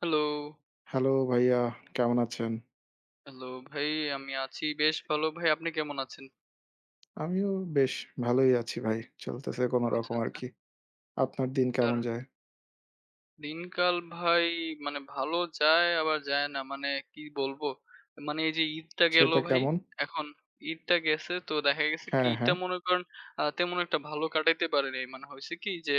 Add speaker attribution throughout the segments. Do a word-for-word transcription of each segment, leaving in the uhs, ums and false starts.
Speaker 1: Hello,
Speaker 2: hello ভাইয়া, কেমন আছেন?
Speaker 1: হ্যালো ভাই। আমি আছি বেশ ভালো। ভাই আপনি কেমন আছেন?
Speaker 2: আমিও বেশ ভালোই আছি ভাই। চলতেছে
Speaker 1: আচ্ছা,
Speaker 2: কোনরকম
Speaker 1: আচ্ছা।
Speaker 2: আরকি। আপনার দিন
Speaker 1: তার
Speaker 2: কেমন যায়?
Speaker 1: দিনকাল ভাই মানে ভালো যায় আবার যায় না। মানে কি বলবো? মানে এই যে ঈদটা গেল
Speaker 2: সেটা
Speaker 1: ভাই।
Speaker 2: কেমন?
Speaker 1: এখন ঈদটা গেছে তো দেখা গেছে কি
Speaker 2: হ্যাঁ,
Speaker 1: ঈদটা
Speaker 2: হ্যাঁ।
Speaker 1: মনে করেন আ তেমন একটা ভালো কাটাইতে পারিনি। মানে হইছে কি যে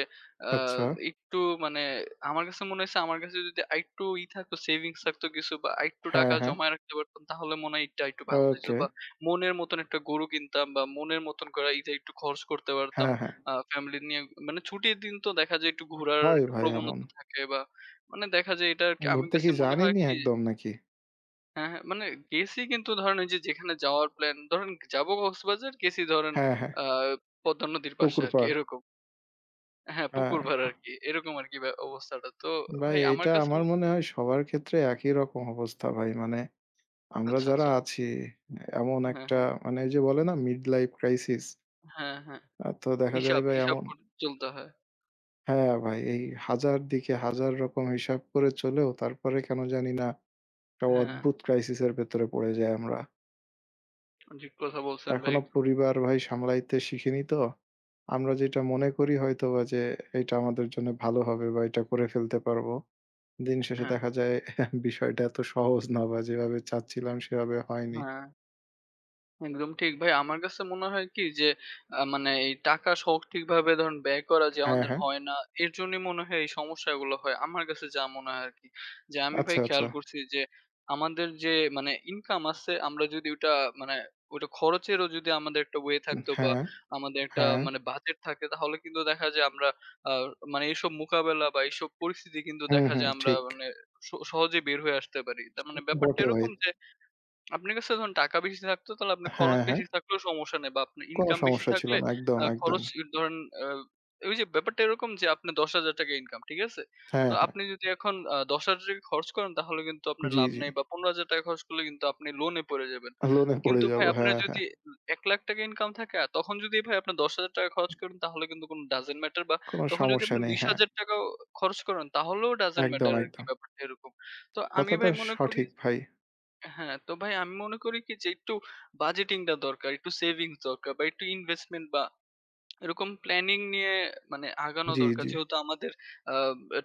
Speaker 1: আ
Speaker 2: আচ্ছা।
Speaker 1: একটু মানে আমার কাছে মনে হইছে আমার কাছে যদি আরেকটু ই থাকতো, সেভিংস থাকতো কিছু বা আরেকটু
Speaker 2: হ্যাঁ,
Speaker 1: টাকা
Speaker 2: হ্যাঁ।
Speaker 1: জমায় রাখতে পারতাম তাহলে মনে হয় ঈদটা আরেকটু ভালো হইতো
Speaker 2: ওকে।
Speaker 1: বা মনের মতন একটা গরু কিনতাম বা মনের মতন করে ঈদে একটু খরচ করতে পারতাম।
Speaker 2: হ্যাঁ, হ্যাঁ।
Speaker 1: আ ফ্যামিলি নিয়ে মানে ছুটির দিন তো দেখা যায় একটু ঘোরার
Speaker 2: হয়
Speaker 1: একটু
Speaker 2: ভাই এমন।
Speaker 1: প্রবণতা থাকে বা মানে দেখা যায় এটা আরকি। আমার
Speaker 2: ঘুরতে
Speaker 1: কাছে
Speaker 2: কি
Speaker 1: মনে হয়
Speaker 2: যানইনি
Speaker 1: কি
Speaker 2: একদম নাকি?
Speaker 1: হ্যাঁ, হ্যাঁ, মানে গেছি কিন্তু ধরেন ওই যে যেখানে যাওয়ার প্ল্যান ধরেন যাবো কক্সবাজার গেছি ধরেন
Speaker 2: হ্যাঁ, হ্যাঁ।
Speaker 1: আ পদ্মা নদীর পাশে
Speaker 2: পুকুর
Speaker 1: আরকি
Speaker 2: পাড়।
Speaker 1: এরকম। হ্যাঁ, পুকুর
Speaker 2: হ্যাঁ।
Speaker 1: পাড় আরকি। এরকম আরকি ব্যা অবস্থাটা। তো
Speaker 2: ভাই
Speaker 1: ভাই আমার
Speaker 2: এটা
Speaker 1: কাছে
Speaker 2: আমার
Speaker 1: মু
Speaker 2: মনে হয় সবার ক্ষেত্রে একই রকম অবস্থা ভাই। মানে আমরা
Speaker 1: আচ্ছা,
Speaker 2: যারা
Speaker 1: আচ্ছা।
Speaker 2: আছি এমন
Speaker 1: হ্যাঁ,
Speaker 2: একটা
Speaker 1: হ্যাঁ।
Speaker 2: মানে ওই যে বলে না মিড লাইফ ক্রাইসিস।
Speaker 1: হ্যাঁ, হ্যাঁ।
Speaker 2: আ তো দেখা যায়
Speaker 1: হিসাব,
Speaker 2: ভাই
Speaker 1: হিসাব
Speaker 2: এমন।
Speaker 1: করে চলতে হয়।
Speaker 2: হ্যাঁ ভাই, এই এক হাজার দিকে এক হাজার রকম হিসাব করে চলেও তারপরে কেন জানি না একটা
Speaker 1: হ্যাঁ,
Speaker 2: অদ্ভুত ক্রাইসিস এর ভেতরে পড়ে যাই আমরা।
Speaker 1: ঠিক কথা বলছেন ভাই।
Speaker 2: এখনো পরিবার ভাই সামলাইতে শিখিনি তো। আমরা যেটা মনে করি হয়তোবা যে এটা আমাদের জন্য ভালো হবে বা এটা করে ফেলতে পারবো। দিন শেষে
Speaker 1: হ্যাঁ,
Speaker 2: দেখা যায় বিষয়টা এত সহজ না বা যেভাবে চাচ্ছিলাম সেভাবে হয়নি।
Speaker 1: হ্যাঁ। একদম ঠিক ভাই। আমার কাছে মনে হয় কি যে আ মানে এই টাকা শখ ঠিকভাবে ধরেন ব্যয় করা যে
Speaker 2: হ্যাঁ,
Speaker 1: আমাদের
Speaker 2: হ্যাঁ।
Speaker 1: হয় না। এর জন্যই মনে হয় এই সমস্যাগুলো হয়। আমার কাছে যা মনে হয় আরকি। যে আমি ভাই
Speaker 2: আচ্ছা,
Speaker 1: খেয়াল
Speaker 2: আচ্ছা।
Speaker 1: করছি যে আমাদের যে মানে ইনকাম আছে আমরা যদি ওটা মানে ওটা খরচেরও যদি আমাদের একটা ওয়ে
Speaker 2: উম
Speaker 1: থাকতো বা
Speaker 2: হ্যাঁ,
Speaker 1: আমাদের একটা
Speaker 2: হ্যাঁ।
Speaker 1: মানে বাজেট থাকে তাহলে কিন্তু দেখা যায় আমরা আ মানে এইসব মোকাবেলা বা এইসব পরিস্থিতি কিন্তু
Speaker 2: হুম,
Speaker 1: দেখা
Speaker 2: হুম
Speaker 1: যায় আমরা
Speaker 2: ঠিক।
Speaker 1: মানে স সহজে বের হয়ে আসতে পারি। তার মানে
Speaker 2: সেটা
Speaker 1: ব্যাপারটা
Speaker 2: বটে ভাই।
Speaker 1: এরকম যে আপনার কাছে ধরুন টাকা বেশি থাকতো তাহলে আপনার খরচ
Speaker 2: হ্যাঁ, হ্যাঁ।
Speaker 1: বেশি থাকলেও সমস্যা নেই বা আপনার
Speaker 2: কোনো
Speaker 1: ইনকাম বেশি
Speaker 2: সমস্যা ছিল
Speaker 1: থাকলে
Speaker 2: না। একদম,
Speaker 1: আ
Speaker 2: একদম।
Speaker 1: খরচ ধরেন আ ওই যে ব্যাপারটা এরকম যে আপনার ৳দশ হাজার ইনকাম, ঠিক আছে? তো
Speaker 2: হ্যাঁ, হ্যাঁ।
Speaker 1: আপনি যদি এখন আ ৳দশ হাজার খরচ করেন তাহলে কিন্তু আপনার
Speaker 2: জি,
Speaker 1: লাভ
Speaker 2: জি।
Speaker 1: নাই বা ৳পনেরো হাজার খরচ করলে কিন্তু আপনি লোনে পড়ে যাবেন।
Speaker 2: লোনে পড়ে
Speaker 1: কিন্তু
Speaker 2: যাব।
Speaker 1: ভাই আপনার
Speaker 2: হ্যাঁ,
Speaker 1: যদি
Speaker 2: হ্যাঁ।
Speaker 1: ৳এক,লাখ ইনকাম থাকে আর তখন যদি ভাই আপনার ৳দশ হাজার খরচ করেন তাহলে কিন্তু কোনো doesn't matter বা
Speaker 2: কোন
Speaker 1: তখন যদি
Speaker 2: সমস্যা
Speaker 1: আপনি
Speaker 2: নেই। হ্যাঁ,
Speaker 1: ৳বিশ হাজার খরচ করেন তাহলেও doesn't
Speaker 2: একদম,
Speaker 1: matter আরকি
Speaker 2: একদম।
Speaker 1: ব্যাপারটা এরকম। তো আমি
Speaker 2: কথাটা
Speaker 1: ভাই মনে করি
Speaker 2: সঠিক ভাই।
Speaker 1: হ্যাঁ, তো ভাই আমি মনে করি কি যে একটু বাজেটিংটা দরকার, একটু সেভিংস দরকার বা একটু ইনভেস্টমেন্ট বা এরকম প্ল্যানিং নিয়ে মানে আগানো
Speaker 2: জি,
Speaker 1: দরকার।
Speaker 2: জি।
Speaker 1: যেহেতু আমাদের আ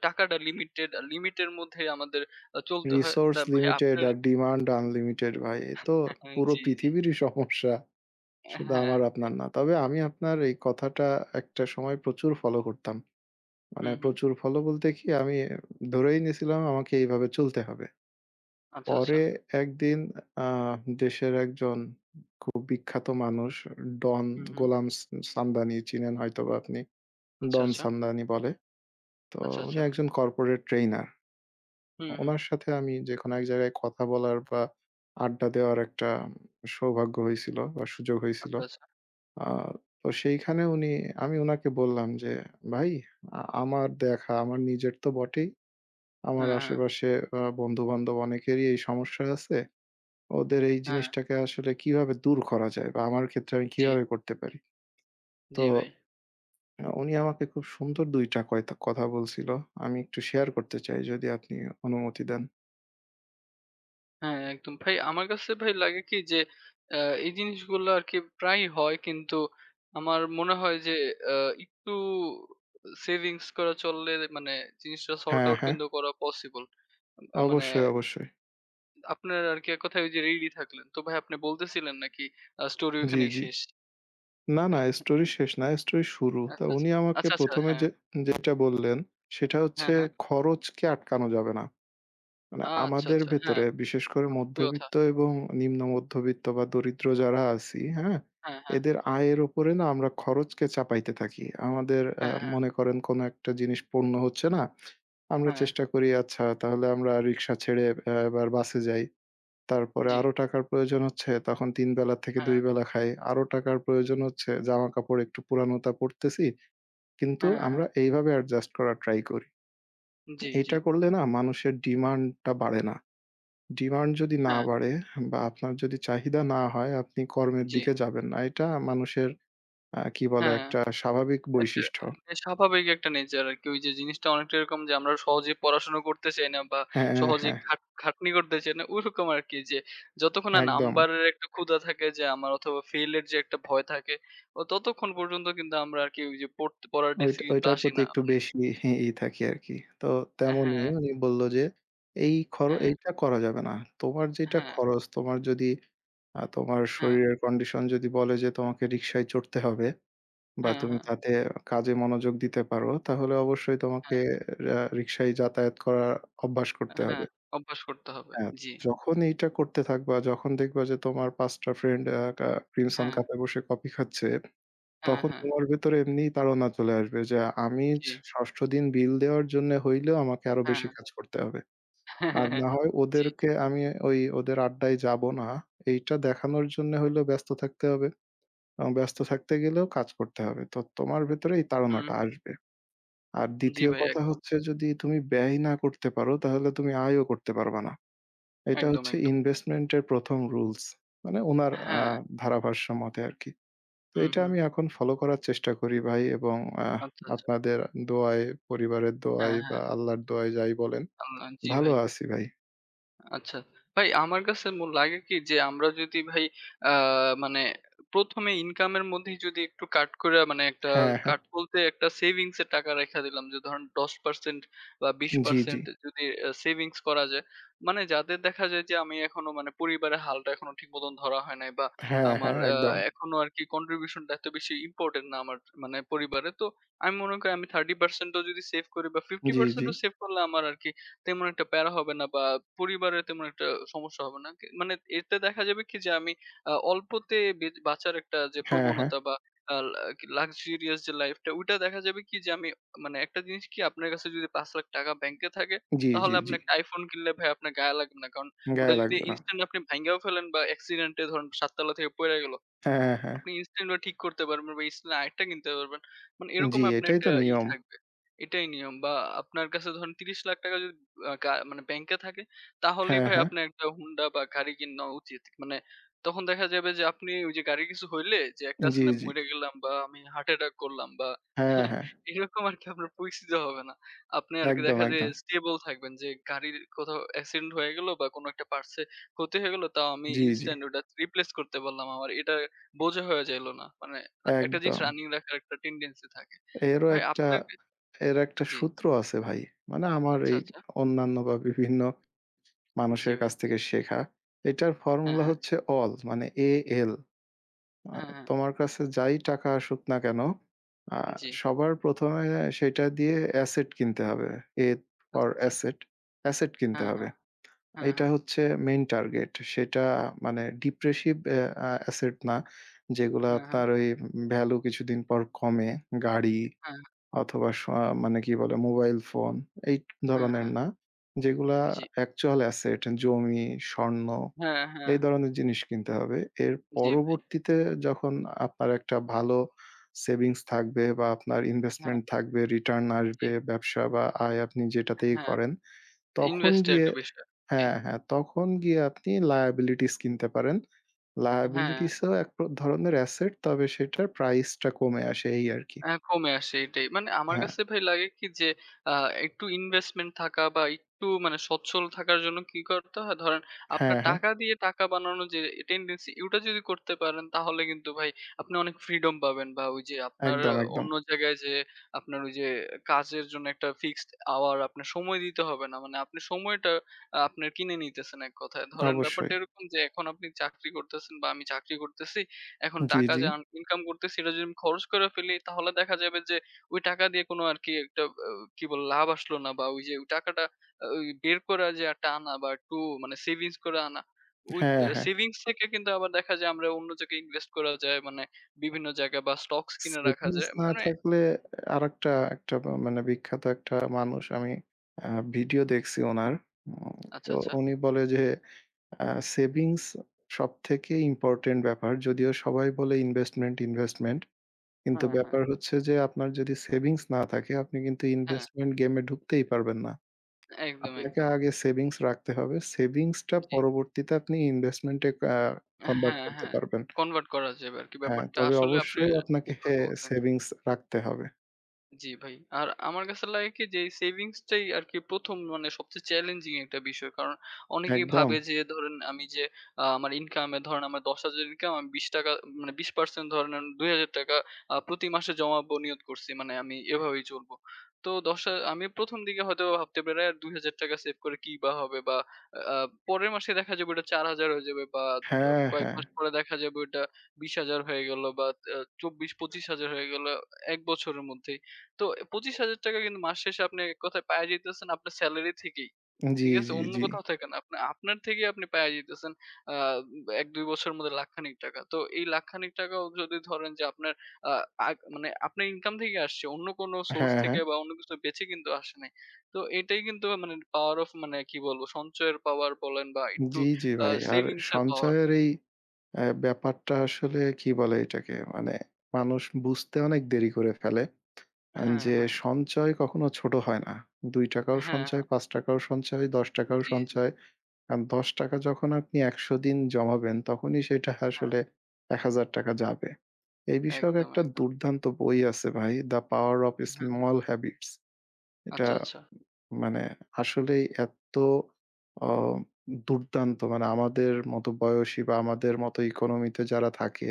Speaker 1: টাকাটা লিমিটেড, লিমিটের মধ্যে আমাদের আ চলতে হয়।
Speaker 2: রিসোর্স
Speaker 1: দা ভাই
Speaker 2: লিমিটেড
Speaker 1: আপনার
Speaker 2: আর ডিমান্ড আনলিমিটেড ভাই। এ তো
Speaker 1: হ্যাঁ, হ্যাঁ,
Speaker 2: পুরো
Speaker 1: জি, জি।
Speaker 2: পৃথিবীরই সমস্যা। শুধু
Speaker 1: হ্যাঁ,
Speaker 2: আমার আপনার না। তবে আমি আপনার এই কথাটা একটা সময় প্রচুর ফলো করতাম। মানে
Speaker 1: হুম, হুম।
Speaker 2: প্রচুর ফলো বলতে কি আমি ধরেই নিয়েছিলাম আমাকে এইভাবে চলতে হবে।
Speaker 1: আচ্ছা, আচ্ছা।
Speaker 2: পরে একদিন আ দেশের একজন খুব বিখ্যাত মানুষ ডন
Speaker 1: হুম, হুম।
Speaker 2: গোলাম স সামদানি চিনেন হয়তোবা আপনি।
Speaker 1: আচ্ছা,
Speaker 2: ডন
Speaker 1: আচ্ছা।
Speaker 2: সামদানি বলে। তো
Speaker 1: আচ্ছা,
Speaker 2: উনি
Speaker 1: আচ্ছা।
Speaker 2: একজন কর্পোরেট ট্রেইনার।
Speaker 1: হুম, হুম।
Speaker 2: উনার সাথে আমি যেকোনো এক জায়গায় কথা বলার বা আড্ডা দেওয়ার একটা সৌভাগ্য হইছিল বা সুযোগ হইছিল।
Speaker 1: আচ্ছা, আচ্ছা।
Speaker 2: আ তো সেইখানে উনি আমি উনাকে বললাম যে, "ভাই, আ আমার দেখা আমার নিজের তো বটেই। আমার
Speaker 1: হ্যাঁ, হ্যাঁ।
Speaker 2: আশেপাশে আ বন্ধু-বান্ধব অনেকেরই এই সমস্যা আছে। ওদের এই
Speaker 1: হ্যাঁ,
Speaker 2: জিনিসটাকে আসলে কিভাবে দূর করা যায় বা আমার ক্ষেত্রে আমি
Speaker 1: জি,
Speaker 2: কিভাবে করতে পারি?" তো
Speaker 1: জি ভাই।
Speaker 2: আ উনি আমাকে খুব সুন্দর দুই টা কয়তা কথা বলছিল। আমি একটু শেয়ার করতে চাই যদি আপনি অনুমতি দেন।
Speaker 1: হ্যাঁ, একদম। ভাই আমার কাছে ভাই লাগে কি যে আ এই জিনিসগুলো আরকি প্রায়ই হয়। কিন্তু আমার মনে হয় যে আ একটু সেভিংস করা চললে মানে জিনিসটা সর্ট
Speaker 2: হ্যাঁ,
Speaker 1: আউট
Speaker 2: হ্যাঁ।
Speaker 1: কিন্তু করা পসিবল। আ মানে
Speaker 2: অবশ্যই, অবশ্যই।
Speaker 1: আপনার আরকি এক কথায় ওই যে রেডি থাকলেন। তো ভাই আপনি বলতেছিলেন নাকি আ স্টোরি
Speaker 2: জি,
Speaker 1: ওখানেই
Speaker 2: জি।
Speaker 1: শেষ?
Speaker 2: না, না,
Speaker 1: আহ
Speaker 2: স্টোরি শেষ না, স্টোরি শুরু। তো
Speaker 1: আচ্ছা, আচ্ছা।
Speaker 2: উনি আমাকে
Speaker 1: আচ্ছা, আচ্ছা।
Speaker 2: প্রথম এ
Speaker 1: হ্যাঁ,
Speaker 2: যে যেটা বললেন সেটা
Speaker 1: হ্যাঁ,
Speaker 2: হচ্ছে
Speaker 1: হ্যাঁ।
Speaker 2: খরচকে আটকানো যাবে না। মানে
Speaker 1: আচ্ছা,
Speaker 2: আমাদের
Speaker 1: আচ্ছা। হ্যাঁ,
Speaker 2: ভেতরে বিশেষ করে
Speaker 1: সত্যি কথা।
Speaker 2: মধ্যবিত্ত এবং নিম্ন মধ্যবিত্ত বা দরিদ্র যারা আছি, হ্যাঁ?
Speaker 1: হ্যাঁ, হ্যাঁ,
Speaker 2: এদের আয়ের উপরে না আমরা খরচকে চাপাইতে থাকি। আমাদের আ
Speaker 1: হ্যাঁ, হ্যাঁ,
Speaker 2: মনে করেন কোনো একটা জিনিস পূর্ণ হচ্ছে না। আমরা
Speaker 1: হ্যাঁ।
Speaker 2: চেষ্টা করি আচ্ছা তাহলে আমরা রিক্সা ছেড়ে অ্যা এবার বাসে যাই। তারপরে
Speaker 1: জি।
Speaker 2: আরো টাকার প্রয়োজন হচ্ছে তখন তিন বেলা থেকে
Speaker 1: হ্যাঁ,
Speaker 2: দুই বেলা খাই। আরো টাকার প্রয়োজন হচ্ছে জামাকাপড় একটু পুরানোটা পড়তেছি। কিন্তু
Speaker 1: হ্যাঁ,
Speaker 2: আমরা
Speaker 1: হ্যাঁ।
Speaker 2: এইভাবে অ্যাডজাস্ট করার ট্রাই করি।
Speaker 1: জি, জি।
Speaker 2: এইটা করলে না মানুষের ডিমান্ডটা বাড়ে না। ডিমান্ড যদি না
Speaker 1: হ্যাঁ,
Speaker 2: বাড়ে বা আপনার যদি চাহিদা না হয়, আপনি কর্মের
Speaker 1: জি।
Speaker 2: দিকে যাবেন না। এটা মানুষের আ কি বলে
Speaker 1: হ্যাঁ।
Speaker 2: একটা স্বাভাবিক
Speaker 1: একটা
Speaker 2: বৈশিষ্ট্য।
Speaker 1: মানে স্বাভাবিক একটা নেচার আরকি। ওই যে জিনিসটা অনেকটা এরকম যে আমরা সহজে পড়াশোনা করতে চাই না বা
Speaker 2: হ্যাঁ,
Speaker 1: সহজে
Speaker 2: হ্যাঁ,
Speaker 1: খাট খাটনি করতে চাই না ওরকম আরকি যে যতক্ষণ না
Speaker 2: একদম।
Speaker 1: নাম্বারের একটা ক্ষুধা থাকে যে আমার অথবা ফেইল এর যে একটা ভয় থাকে ও ততক্ষণ পর্যন্ত কিন্তু আমরা আরকি ওই যে পড়তে পড়ার
Speaker 2: ওইটা
Speaker 1: ডেস্কে কিন্তু
Speaker 2: ওইটার
Speaker 1: আসি
Speaker 2: প্রতি
Speaker 1: না।
Speaker 2: একটু
Speaker 1: মানে
Speaker 2: বেশি ই থাকি আরকি। তো
Speaker 1: হ্যাঁ,
Speaker 2: তেমনই উনি বলল যে, "এই খর
Speaker 1: হ্যাঁ, হ্যাঁ,
Speaker 2: এইটা করা যাবে না। তোমার যেটা
Speaker 1: হ্যাঁ,
Speaker 2: খরচ, তোমার যদি আ তোমার শরীরের কন্ডিশন যদি বলে যে তোমাকে রিক্সায় চড়তে হবে বা
Speaker 1: হ্যাঁ,
Speaker 2: তুমি
Speaker 1: হ্যাঁ,
Speaker 2: তাতে কাজে মনোযোগ দিতে পারো, তাহলে অবশ্যই তোমাকে
Speaker 1: হ্যাঁ,
Speaker 2: আ রিক্সায় যাতায়াত করার অভ্যাস করতে হবে।"
Speaker 1: হ্যাঁ, অভ্যাস করতে হবে।
Speaker 2: হ্যাঁ,
Speaker 1: জি।
Speaker 2: যখন এইটা করতে থাকবা, যখন দেখবা যে তোমার পাঁচ টা ফ্রেন্ড আ কা ক্রিমসন
Speaker 1: হ্যাঁ,
Speaker 2: কাপে বসে কফি খাচ্ছে,
Speaker 1: হ্যাঁ,
Speaker 2: তখন
Speaker 1: হ্যাঁ,
Speaker 2: তোমার ভেতরে এমনিই তাড়না চলে আসবে যে আমি ছ
Speaker 1: জি,
Speaker 2: ষষ্ঠ দিন বিল দেওয়ার জন্য হইলেও আমাকে আরো
Speaker 1: হ্যাঁ,
Speaker 2: বেশি কাজ করতে হবে। আর না হয়
Speaker 1: জি,
Speaker 2: ওদেরকে আমি ওই ওদের আড্ডায় যাবো না, এইটা দেখানোর জন্য হইলেও ব্যস্ত থাকতে হবে। এবং ব্যস্ত থাকতে গেলেও কাজ করতে হবে। তো তোমার ভেতরে এই
Speaker 1: হুম,
Speaker 2: তাড়নাটা আসবে। আর
Speaker 1: জি
Speaker 2: দ্বিতীয়
Speaker 1: ভাই
Speaker 2: কথা
Speaker 1: একদম,
Speaker 2: হচ্ছে যদি তুমি ব্যয় না করতে পারো তাহলে তুমি আয়ও করতে পারবা না। এটা
Speaker 1: একদম,
Speaker 2: হচ্ছে
Speaker 1: একদম।
Speaker 2: ইনভেস্টমেন্টের প্রথম রুলস। মানে উনার আ
Speaker 1: হ্যাঁ,
Speaker 2: ধারাভাষ্য মতে আরকি। তো
Speaker 1: হুম,
Speaker 2: এটা
Speaker 1: হুম।
Speaker 2: আমি এখন ফলো করার চেষ্টা করি ভাই এবং আহ
Speaker 1: আচ্ছা, আচ্ছা।
Speaker 2: আপনাদের দোয়ায়, পরিবারের
Speaker 1: হ্যাঁ,
Speaker 2: দোয়ায় বা
Speaker 1: হ্যাঁ।
Speaker 2: আল্লাহর দোয়ায় যাই বলেন,
Speaker 1: আল্লা জি
Speaker 2: ভালো
Speaker 1: ভাই।
Speaker 2: আছি ভাই।
Speaker 1: আচ্ছা। ভাই আমার কাছে মো লাগে কি যে আমরা যদি ভাই আ মানে ১ম এ ইনকামের মধ্যেই যদি একটু কাট কইরা মানে একটা
Speaker 2: হ্যাঁ, হ্যাঁ।
Speaker 1: কাট বলতে একটা সেভিংস এর টাকা রাইখা দিলাম যে ধরেন দশ পার্সেন্ট বা
Speaker 2: জি, জি।
Speaker 1: বিশ পার্সেন্ট যদি আ সেভিংস করা যায়। মানে যাদের দেখা যায় যে আমি এখনো মানে পরিবারের হালটা এখনো ঠিক মতন ধরা হয় নাই বা
Speaker 2: হ্যাঁ,
Speaker 1: আমার
Speaker 2: হ্যাঁ,
Speaker 1: আ
Speaker 2: একদম।
Speaker 1: এখনো আরকি কন্ট্রিবিউশন টা এত বেশি ইম্পোর্টেন্ট না আমার মানে পরিবারে। তো আমি মনে করি আমি ত্রিশ পার্সেন্ট ও যদি সেভ করি বা
Speaker 2: জি,
Speaker 1: পঞ্চাশ পার্সেন্ট
Speaker 2: জি।
Speaker 1: ও সেভ করলে আমার আরকি তেমন একটা প্যারা হবে না বা পরিবারের তেমন একটা সমস্যা হবে না। কি মানে এতে দেখা যাবে কি যে আমি আ অল্পতে বেচ বাঁচার একটা যে
Speaker 2: হ্যাঁ, হ্যাঁ।
Speaker 1: প্রবণতা বা আ লাক্সারিয়াস যে লাইফটা ওইটা দেখা যাবে কি যে আমি মানে একটা জিনিস কি আপনার কাছে যদি ৳পাঁচ,লাখ ব্যাংকে থাকে
Speaker 2: জি,
Speaker 1: তাহলে
Speaker 2: জি,
Speaker 1: আপনি
Speaker 2: জি।
Speaker 1: একটা iPhone কিনলে ভাই আপনার গায়ে লাগবে না। কারণ ওটা
Speaker 2: গায়ে
Speaker 1: যদি
Speaker 2: লাগবে না।
Speaker 1: ইনস্ট্যান্ট আপনি ভাইঙ্গাও ফেলেন বা অ্যাক্সিডেন্ট এ ধরেন সাত তলা থেকে পইড়া গেল
Speaker 2: হ্যাঁ, হ্যাঁ।
Speaker 1: আপনি ইনস্ট্যান্ট ও ঠিক করতে পারবেন বা ইনস্ট্যান্ট আরেকটা কিনতে পারবেন। মানে
Speaker 2: হ্যাঁ,
Speaker 1: এরকম
Speaker 2: জি,
Speaker 1: আপনার
Speaker 2: এটাই
Speaker 1: একটা
Speaker 2: তো
Speaker 1: ই
Speaker 2: নিয়ম।
Speaker 1: থাকবে। এটাই নিয়ম বা আপনার কাছে ধরেন ৳ত্রিশ,লাখ যদি আ গা মানে ব্যাংকে থাকে তাহলেই
Speaker 2: হ্যাঁ,
Speaker 1: ভাই
Speaker 2: হ্যাঁ।
Speaker 1: আপনার একটা হুন্ডা বা গাড়ি কিনা উচিত। মানে তখন দেখা যাবে যে আপনি ওই যে গাড়ির কিছু হইলে যে একটা আছে
Speaker 2: জি,
Speaker 1: না
Speaker 2: জি।
Speaker 1: মইরা গেলাম বা আমি হার্ট অ্যাটাক করলাম বা
Speaker 2: হ্যাঁ, হ্যাঁ।
Speaker 1: এরকম আরকি আপনার পরিস্থিতি হবে না। আপনি আরকি
Speaker 2: একদম,
Speaker 1: দেখা যায়
Speaker 2: একদম।
Speaker 1: স্টেবল থাকবেন যে গাড়ির কোথাও অ্যাক্সিডেন্ট হয়ে গেল বা কোনো একটা পার্টস এ ক্ষতি হয়ে গেল তাও আমি
Speaker 2: জি, জি।
Speaker 1: ইনস্ট্যান্ট ওটা রিপ্লেস করতে পারলাম। আমার এটা বোঝা হয়ে যাইল না। মানে রা- একটা জিনিস
Speaker 2: একদম।
Speaker 1: রানিং রাখার একটা টেনডেন্সি থাকে।
Speaker 2: এরও
Speaker 1: ভাই
Speaker 2: একটা
Speaker 1: আপনার কা
Speaker 2: এর একটা
Speaker 1: জি।
Speaker 2: সূত্র আছে ভাই। মানে আমার
Speaker 1: আচ্ছা,
Speaker 2: এই
Speaker 1: আচ্ছা।
Speaker 2: অন্যান্য বা বিভিন্ন
Speaker 1: জি
Speaker 2: মানুষের কাছ
Speaker 1: ভাই।
Speaker 2: থেকে শেখা। এটার
Speaker 1: হ্যাঁ,
Speaker 2: ফর্মুলা
Speaker 1: হ্যাঁ।
Speaker 2: হচ্ছে অল মানে এএল। আ
Speaker 1: হ্যাঁ, হ্যাঁ।
Speaker 2: তোমার কাছে যাই টাকা আসুক না কেন, আ
Speaker 1: জি।
Speaker 2: সবার প্রথম এ সেটা দিয়ে অ্যাসেট কিনতে হবে। এ ফর
Speaker 1: আচ্ছা, আচ্ছা।
Speaker 2: অ্যাসেট, অ্যাসেট কিনতে
Speaker 1: হ্যাঁ,
Speaker 2: হবে।
Speaker 1: হ্যাঁ। হ্যাঁ,
Speaker 2: এটা
Speaker 1: হ্যাঁ।
Speaker 2: হচ্ছে মেইন টার্গেট। সেটা মানে ডিপ্রেসিভ অ্যা আ অ্যাসেট না। যেগুলা
Speaker 1: হ্যাঁ, হ্যাঁ।
Speaker 2: আপনার ওই ভ্যালু কিছুদিন পর কমে। গাড়ি
Speaker 1: হ্যাঁ,
Speaker 2: অথবা স মানে কি বলে মোবাইল ফোন এই
Speaker 1: হ্যাঁ,
Speaker 2: ধরনের
Speaker 1: হ্যাঁ।
Speaker 2: না। যেগুলা
Speaker 1: জি।
Speaker 2: অ্যাকচুয়াল অ্যাসেট জমি, স্বর্ণ
Speaker 1: হ্যাঁ, হ্যাঁ।
Speaker 2: এই ধরনের জিনিস কিনতে হবে। এর
Speaker 1: জি ভাই।
Speaker 2: পরবর্তীতে যখন আপনার একটা ভালো সেভিংস থাকবে বা আপনার
Speaker 1: হ্যাঁ,
Speaker 2: ইনভেস্টমেন্ট থাকবে, রিটার্ন
Speaker 1: জি।
Speaker 2: আসবে, ব্যবসা বা আয় আপনি যেটাতেই
Speaker 1: হ্যাঁ,
Speaker 2: করেন, তখন
Speaker 1: ইনভেস্ট এর
Speaker 2: গিয়ে
Speaker 1: একটা বিষয়। জি।
Speaker 2: হ্যাঁ, হ্যাঁ, তখন গিয়ে আপনি লায়াবিলিটিস কিনতে পারেন।
Speaker 1: হ্যাঁ।
Speaker 2: লায়াবিলিটিস ও এক প্র ধরনের অ্যাসেট তবে সেটার প্রাইসটা কমে আসে এই আরকি।
Speaker 1: হ্যাঁ, কমে আসে এটাই। মানে আমার
Speaker 2: হ্যাঁ,
Speaker 1: কাছে ভাই লাগে কি যে আ একটু ইনভেস্টমেন্ট থাকা বা একটু মানে সচ্ছল থাকার জন্য কি করতে হয় ধরেন আপনার
Speaker 2: হ্যাঁ, হ্যাঁ।
Speaker 1: টাকা দিয়ে টাকা বানানোর যে টেনডেন্সি ওটা যদি করতে পারেন তাহলে কিন্তু ভাই আপনি অনেক ফ্রিডম পাবেন বা ওই যে আপনার
Speaker 2: একদম, একদম।
Speaker 1: অন্য জায়গায় যেয়ে আপনার ওই যে কাজের জন্য একটা ফিক্সড আওয়ার আপনার সময় দিতে হবে না। মানে আপনি সময়টা আ আপনার কিনে নিতেছেন এক কথায়। ধরেন ব্যাপারটা
Speaker 2: অবশ্যই।
Speaker 1: এরকম যে এখন আপনি চাকরি করতেছেন বা আমি চাকরি করতেছি। এখন
Speaker 2: জি,
Speaker 1: টাকা
Speaker 2: জি।
Speaker 1: যে আন ইনকাম করতেছি এটা যদি আমি খরচ করে ফেলি তাহলে দেখা যাবে যে ওই টাকা দিয়ে কোনো আরকি একটা আ কি বলে লাভ আসলো না বা ওই যে ওই টাকাটা আ ওই বের করে যে একটা আনা বা একটু মানে সেভিংস করে আনা। ওই
Speaker 2: হ্যাঁ,
Speaker 1: আ
Speaker 2: হ্যাঁ।
Speaker 1: সেভিংস থেকে কিন্তু আবার দেখা যায় আমরা অন্য জায়গায় ইনভেস্ট করা যায় মানে বিভিন্ন জায়গায় বা স্টকস কিনে রাখা
Speaker 2: সেভিংস
Speaker 1: যায়।
Speaker 2: না
Speaker 1: মানে
Speaker 2: থাকলে আরেকটা একটা ব মানে বিখ্যাত একটা মানুষ আমি আ ভিডিও দেখছি উনার। উম
Speaker 1: আচ্ছা,
Speaker 2: তো
Speaker 1: আচ্ছা।
Speaker 2: উনি বলে যে আ সেভিংস সবথেকে ইম্পোর্টেন্ট ব্যাপার। যদিও সবাই বলে ইনভেস্টমেন্ট, ইনভেস্টমেন্ট। কিন্তু
Speaker 1: হ্যাঁ, হ্যাঁ।
Speaker 2: ব্যাপার হচ্ছে যে আপনার যদি সেভিংস না থাকে আপনি কিন্তু
Speaker 1: হ্যাঁ,
Speaker 2: ইনভেস্টমেন্ট গেমে ঢুকতেই পারবেন না।
Speaker 1: একদম,
Speaker 2: আপনাকে
Speaker 1: একদম।
Speaker 2: আগে সেভিংস রাখতে হবে। সেভিংসটা
Speaker 1: জি।
Speaker 2: পরবর্তীতে আপনি ইনভেস্টমেন্ট এ আ কনভার্ট
Speaker 1: হ্যাঁ,
Speaker 2: করতে
Speaker 1: হ্যাঁ।
Speaker 2: পারবেন।
Speaker 1: কনভার্ট করা যাবে আরকি
Speaker 2: হ্যাঁ,
Speaker 1: ব্যাপারটা
Speaker 2: তবে
Speaker 1: আসলে আপনি
Speaker 2: অবশ্যই আপনাকে
Speaker 1: ঠিক কথা বলছেন।
Speaker 2: সেভিংস রাখতে হবে।
Speaker 1: জি ভাই। আর আমার কাছে লাগে কি যে এই সেভিংস টাই আরকি ১ম মানে সবচেয়ে চ্যালেঞ্জিং একটা বিষয়। কারণ অনেকেই
Speaker 2: একদম।
Speaker 1: ভাবে যে ধরেন আমি যে আ আমার ইনকামে ধরেন আমার ৳দশ হাজার ইনকাম আমি ৳বিশ মানে বিশ পার্সেন্ট ধরেন ৳দুই হাজার আ প্রতি মাসে জমাবো নিয়ত করছি। মানে আমি এভাবেই চলবো। তো দশ হা আমি ১ম দিকে হয়তো ভাবতে পারি আর ৳দুই হাজার সেভ করে কি বা হবে বা আ পরের মাসে দেখা যাবে ওটা চার হাজার হয়ে যাবে বা অ
Speaker 2: হ্যাঁ,
Speaker 1: কয়েক
Speaker 2: হ্যাঁ।
Speaker 1: মাস পরে দেখা যাবে ওটা বিশ হাজার হয়ে গেল বা আ চব্বিশ পঁচিশ হাজার হয়ে গেল এক বছরের মধ্যে। তো এ ৳পঁচিশ হাজার কিন্তু মাস শেষে আপনি এক কথায় পাইয়া যাইতেছেন আপনার সেলারি থেকেই।
Speaker 2: জি,
Speaker 1: ঠিক আছে?
Speaker 2: জি,
Speaker 1: অন্য
Speaker 2: জি।
Speaker 1: কোথাও থেকে না। আপনা আপনার থেকেই আপনি পাইয়া যাইতেছেন আ ব এক দুই বছরের মধ্যে লাখখানিক টাকা। তো এই লাখখানিক টাকাও যদি ধরেন যে আপনার আ আগ মানে আপনার ইনকাম থেকে আসছে। অন্য কোনো সোর্স
Speaker 2: হ্যাঁ,
Speaker 1: থেকে
Speaker 2: হ্যাঁ।
Speaker 1: বা অন্য কিছু বেচে কিন্তু আসে নাই। তো এটাই কিন্তু মানে পাওয়ার অফ মানে কি বলবো সঞ্চয়ের পাওয়ার বলেন বা একটু
Speaker 2: জি, জি
Speaker 1: আ
Speaker 2: ভাই। আর
Speaker 1: সেভিংস এর পাওয়ার
Speaker 2: সঞ্চয়ের এই অ্যা ব্যাপারটা আসলে কি বলে এটাকে? মানে মানুষ বুঝতে অনেক দেরি করে ফেলে। আন
Speaker 1: হ্যাঁ,
Speaker 2: যে
Speaker 1: হ্যাঁ।
Speaker 2: সঞ্চয় কখনো ছোট হয় না। ৳দুই টাকা ও
Speaker 1: হ্যাঁ,
Speaker 2: সঞ্চয়,
Speaker 1: হ্যাঁ।
Speaker 2: ৳পাঁচ টাকা ও সঞ্চয়, ৳দশ টাকা ও
Speaker 1: জি, জি।
Speaker 2: সঞ্চয়। কারণ ৳দশ টাকা যখন আপনি একশ দিন জমাবেন তখনই সেটা
Speaker 1: হ্যাঁ,
Speaker 2: আসলে ৳এক হাজার টাকা যাবে। এই বিষয়ক
Speaker 1: একদম,
Speaker 2: একটা
Speaker 1: একদম।
Speaker 2: দুর্দান্ত বই আছে ভাই, 'দ্য পাওয়ার অফ
Speaker 1: হ্যাঁ।
Speaker 2: Small habits'. এটা
Speaker 1: আচ্ছা, আচ্ছা।
Speaker 2: মানে আসলেই এত অ দুর্দান্ত, মানে আমাদের মতো বয়সী বা আমাদের মতো ইকোনমিতে যারা থাকে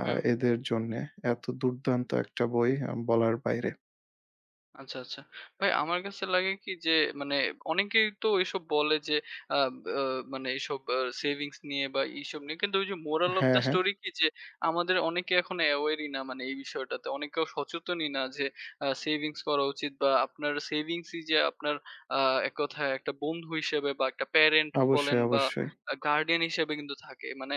Speaker 2: আ
Speaker 1: হুম।
Speaker 2: এদের জন্যে এত দুর্দান্ত একটা বই আ বলার বাইরে।
Speaker 1: আচ্ছা, আচ্ছা। ভাই আমার কাছে লাগে কি যে মানে অনেকেই তো এসব বলে যে আ আ মানে এসব আ সেভিংস নিয়ে বা এইসব নিয়ে কিন্তু ওই যে মোরাল অফ
Speaker 2: হ্যাঁ,
Speaker 1: দ্যা
Speaker 2: হ্যাঁ।
Speaker 1: স্টোরি কি যে আমাদের অনেকে এখন অ্যাওয়ারই না মানে এই বিষয়টাতে। অনেকেও সচেতনই না যে আ সেভিংস করা উচিত বা আপনার সেভিংসই যে আপনার আ এক কথায় একটা বন্ধু হিসেবে বা একটা প্যারেন্ট বলেন
Speaker 2: অবশ্যই,
Speaker 1: বা
Speaker 2: অবশ্যই।
Speaker 1: আ গার্ডিয়ান হিসেবে কিন্তু থাকে। মানে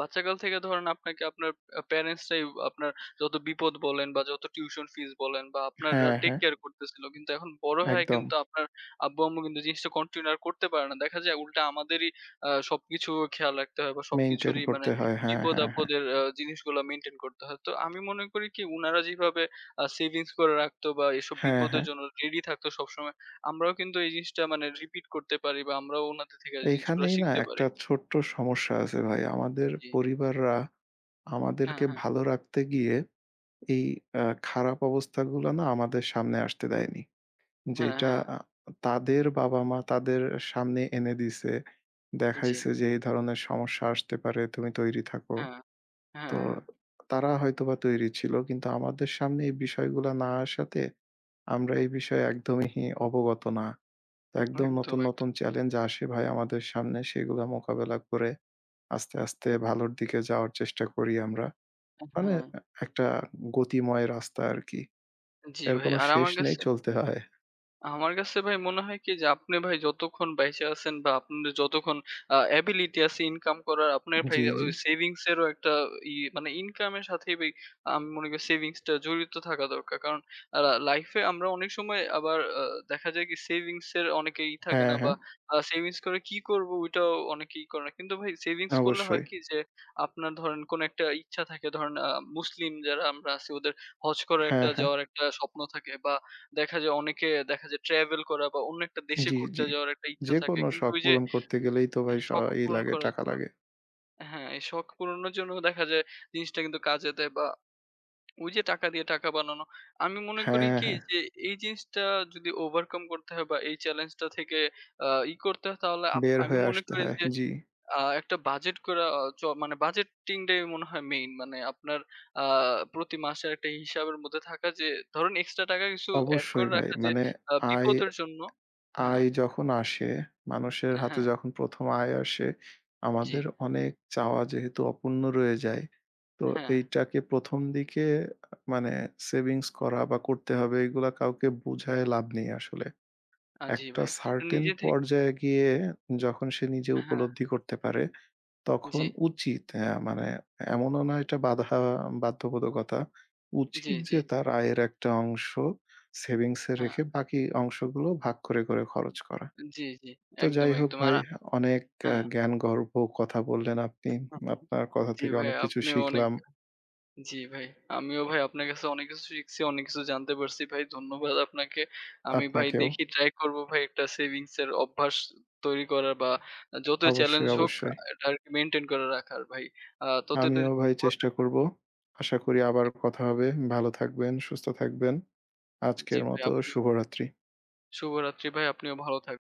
Speaker 1: বাচ্চাকাল থেকে ধরেন আপনাকে আপনার আ প্যারেন্টস রাই আপনার যত বিপদ বলেন বা যত টিউশন ফিস বলেন বা আপনার আ
Speaker 2: হ্যাঁ,
Speaker 1: টেক
Speaker 2: হ্যাঁ।
Speaker 1: কেয়ার করতেছিল। কিন্তু এখন বড় হয়ে
Speaker 2: একদম।
Speaker 1: কিন্তু আপনার আব্বু-আম্মু কিন্তু জিনিসটা কন্টিনিউ আর করতে পারে না। দেখা যায় উল্টা আমাদেরই আ সবকিছু খেয়াল রাখতে হয় বা
Speaker 2: মেইনটেইন
Speaker 1: সবকিছুরই মানে
Speaker 2: করতে হয়। হ্যাঁ, হ্যাঁ, হ্যাঁ।
Speaker 1: বিপদ-আপদের আ জিনিসগুলা মেইনটেইন করতে হয়। তো আমি মনে করি কি উনারা যেভাবে আ সেভিংস করে রাখতো বা এসব
Speaker 2: হ্যাঁ,
Speaker 1: বিপদের
Speaker 2: হ্যাঁ।
Speaker 1: জন্য রেডি থাকতো সবসময়, আমরাও কিন্তু এই জিনিসটা মানে রিপিট করতে পারি বা আমরাও উনাদের থেকে জিনিসগুলা
Speaker 2: এইখানেই না
Speaker 1: শিখতে পারি।
Speaker 2: একটা ছোট্ট সমস্যা আছে ভাই। আমাদের
Speaker 1: জি।
Speaker 2: পরিবাররা
Speaker 1: হ্যাঁ,
Speaker 2: আমাদেরকে
Speaker 1: হ্যাঁ।
Speaker 2: ভালো রাখতে গিয়ে এই আ খারাপ অবস্থাগুলো না আমাদের সামনে আসতে দেয়নি।
Speaker 1: হ্যাঁ,
Speaker 2: যেটা
Speaker 1: হ্যাঁ।
Speaker 2: আ তাদের বাবা-মা তাদের সামনে এনে দিছে।
Speaker 1: জি।
Speaker 2: দেখাইছে যে এই ধরনের সমস্যা আসতে পারে, তুমি তৈরি থাকো।
Speaker 1: হ্যাঁ, হ্যাঁ,
Speaker 2: তো
Speaker 1: হ্যাঁ।
Speaker 2: তারা হয়তোবা তৈরি ছিল। কিন্তু আমাদের সামনে এই বিষয়গুলা না আসাতে আমরা এই বিষয়ে একদমই অবগত না। তো
Speaker 1: একদম,
Speaker 2: একদম নতুন,
Speaker 1: একদম।
Speaker 2: নতুন চ্যালেঞ্জ আসে ভাই আমাদের সামনে, সেগুলা মোকাবেলা করে আস্তে, আস্তে ভালোর দিকে যাওয়ার চেষ্টা করি আমরা। মানে
Speaker 1: হ্যাঁ,
Speaker 2: আ একটা গতিময় রাস্তা আরকি।
Speaker 1: জি
Speaker 2: এর
Speaker 1: ভাই।
Speaker 2: কোনো
Speaker 1: আর
Speaker 2: শেষ
Speaker 1: আমার
Speaker 2: নেই,
Speaker 1: কাছে
Speaker 2: চলতে হয়।
Speaker 1: আমার কাছে ভাই মনে হয় কি যে আপনি ভাই যতক্ষণ বেঁচে আছেন বা আপনার যতক্ষণ আ এবিলিটি আছে ইনকাম করার আপনার ভাই
Speaker 2: জি, জি।
Speaker 1: ওই সেভিংস এরও একটা ই মানে ইনকামের সাথেই ভাই আমি মনে করি সেভিংস টা জড়িত থাকা দরকার। কারণ আ লাইফে আমরা অনেক সময় আবার আ দেখা যায় কি সেভিংস এর অনেকেই ই থাকে না
Speaker 2: হ্যাঁ,
Speaker 1: বা
Speaker 2: হ্যাঁ।
Speaker 1: আ সেভিংস করে কি করব ওইটাও অনেকেই করে না। কিন্তু ভাই সেভিংস করলে হয়
Speaker 2: অবশ্যই।
Speaker 1: কি যে আপনার ধরেন কোন একটা ইচ্ছা থাকে ধরেন আ মুসলিম যারা আমরা আছি ওদের হজ করার
Speaker 2: হ্যাঁ,
Speaker 1: একটা
Speaker 2: হ্যাঁ।
Speaker 1: যাওয়ার একটা স্বপ্ন থাকে বা দেখা যায় অনেকে দেখা যায় ট্রাভেল করা বা অন্য একটা দেশে
Speaker 2: জি,
Speaker 1: ঘুরতে
Speaker 2: জি।
Speaker 1: যাওয়ার একটা ইচ্ছা থাকে।
Speaker 2: যেকোনো
Speaker 1: কিন্তু
Speaker 2: শখ
Speaker 1: ওই যে
Speaker 2: পূরণ করতে গেলেই তো
Speaker 1: আ
Speaker 2: ভাই স
Speaker 1: শখ
Speaker 2: ই
Speaker 1: পূরণ
Speaker 2: লাগে,
Speaker 1: করার
Speaker 2: টাকা
Speaker 1: জন্য
Speaker 2: লাগে।
Speaker 1: হ্যাঁ, এই শখ পূরণের জন্য দেখা যায় জিনিসটা কিন্তু কাজে দেয় বা ওই যে টাকা দিয়ে টাকা বানানো। আমি মনে করি
Speaker 2: হ্যাঁ,
Speaker 1: কি
Speaker 2: হ্যাঁ। হ্যাঁ,
Speaker 1: যে এই জিনিসটা যদি ওভারকাম করতে হয় বা এই চ্যালেঞ্জটা থেকে আ ই করতে হয় তাহলে আপ
Speaker 2: বের
Speaker 1: আমি
Speaker 2: হয়ে
Speaker 1: মনে
Speaker 2: আসতে
Speaker 1: করি
Speaker 2: হয়।
Speaker 1: যে
Speaker 2: জি।
Speaker 1: আ একটা বাজেট করা আ চ মানে বাজেটিং টাই মনে হয় মেইন। মানে আপনার আ প্রতি মাসের একটা হিসাবের মধ্যে থাকা যে ধরুন এক্সট্রা টাকা কিছু এড করে
Speaker 2: অবশ্যই ভাই।
Speaker 1: রাখা যে
Speaker 2: মানে
Speaker 1: আ
Speaker 2: আয়
Speaker 1: বিপদের জন্য হ্যাঁ,
Speaker 2: আয় যখন আসে, মানুষের হাতে
Speaker 1: হ্যাঁ,
Speaker 2: যখন প্রথম আয় আসে,
Speaker 1: জি,
Speaker 2: আমাদের অনেক চাওয়া যেহেতু অপূর্ণ রয়ে যায়, তো
Speaker 1: হ্যাঁ,
Speaker 2: এইটাকে প্রথম দিকে মানে সেভিংস করা বা করতে হবে এগুলা কাউকে বুঝায়ে লাভ নেই আসলে।
Speaker 1: আ জি
Speaker 2: একটা
Speaker 1: ভাই। এটা
Speaker 2: সার্টেন
Speaker 1: নিজে থেকে
Speaker 2: পর্যায়ে গিয়ে যখন সে নিজে
Speaker 1: হ্যাঁ,
Speaker 2: উপলব্ধি করতে পারে, তখন
Speaker 1: জি,
Speaker 2: উচিত অ্যা মানে, এমনও না এটা বাধা বাধ্যবাধকতা।
Speaker 1: জি,
Speaker 2: উচিত
Speaker 1: জি,
Speaker 2: যে তার আয়ের একটা অংশ সেভিংস এ
Speaker 1: হ্যাঁ,
Speaker 2: রেখে বাকি অংশগুলো ভাগ করে, করে খরচ করা।
Speaker 1: জি, জি।
Speaker 2: তো
Speaker 1: একদম,
Speaker 2: যাই হোক
Speaker 1: একদম। আর
Speaker 2: ভাই অনেক আ
Speaker 1: হ্যাঁ,
Speaker 2: জ্ঞানগর্ভ কথা বললেন আপনি। আপনার কথা
Speaker 1: জি
Speaker 2: থেকে
Speaker 1: ভাই
Speaker 2: অনেক কিছু
Speaker 1: আপনিও অনেক
Speaker 2: শিখলাম।
Speaker 1: জি ভাই। আমিও ভাই আপনার কাছে অনেক কিছু শিখছি, অনেক কিছু জানতে পারছি ভাই। ধন্যবাদ আপনাকে। আমি ভাই
Speaker 2: আপনাকেও।
Speaker 1: দেখি ট্রাই করব ভাই একটা সেভিংস এর অভ্যাস তৈরি করার বা যতই চ্যালেঞ্জ
Speaker 2: অবশ্যই,
Speaker 1: হোক
Speaker 2: অবশ্যই।
Speaker 1: এটা আরকি মেইনটেইন করে রাখার ভাই। আ ততদিন
Speaker 2: আমিও ভাই
Speaker 1: ভালো
Speaker 2: চেষ্টা
Speaker 1: থাকবেন।
Speaker 2: করব। আশা করি আবার কথা হবে। ভালো থাকবেন, সুস্থ থাকবেন।
Speaker 1: জি
Speaker 2: আজকের
Speaker 1: ভাই,
Speaker 2: মতো
Speaker 1: আপনিও
Speaker 2: শুভরাত্রি।
Speaker 1: শুভরাত্রি ভাই, আপনিও ভালো থাকবেন।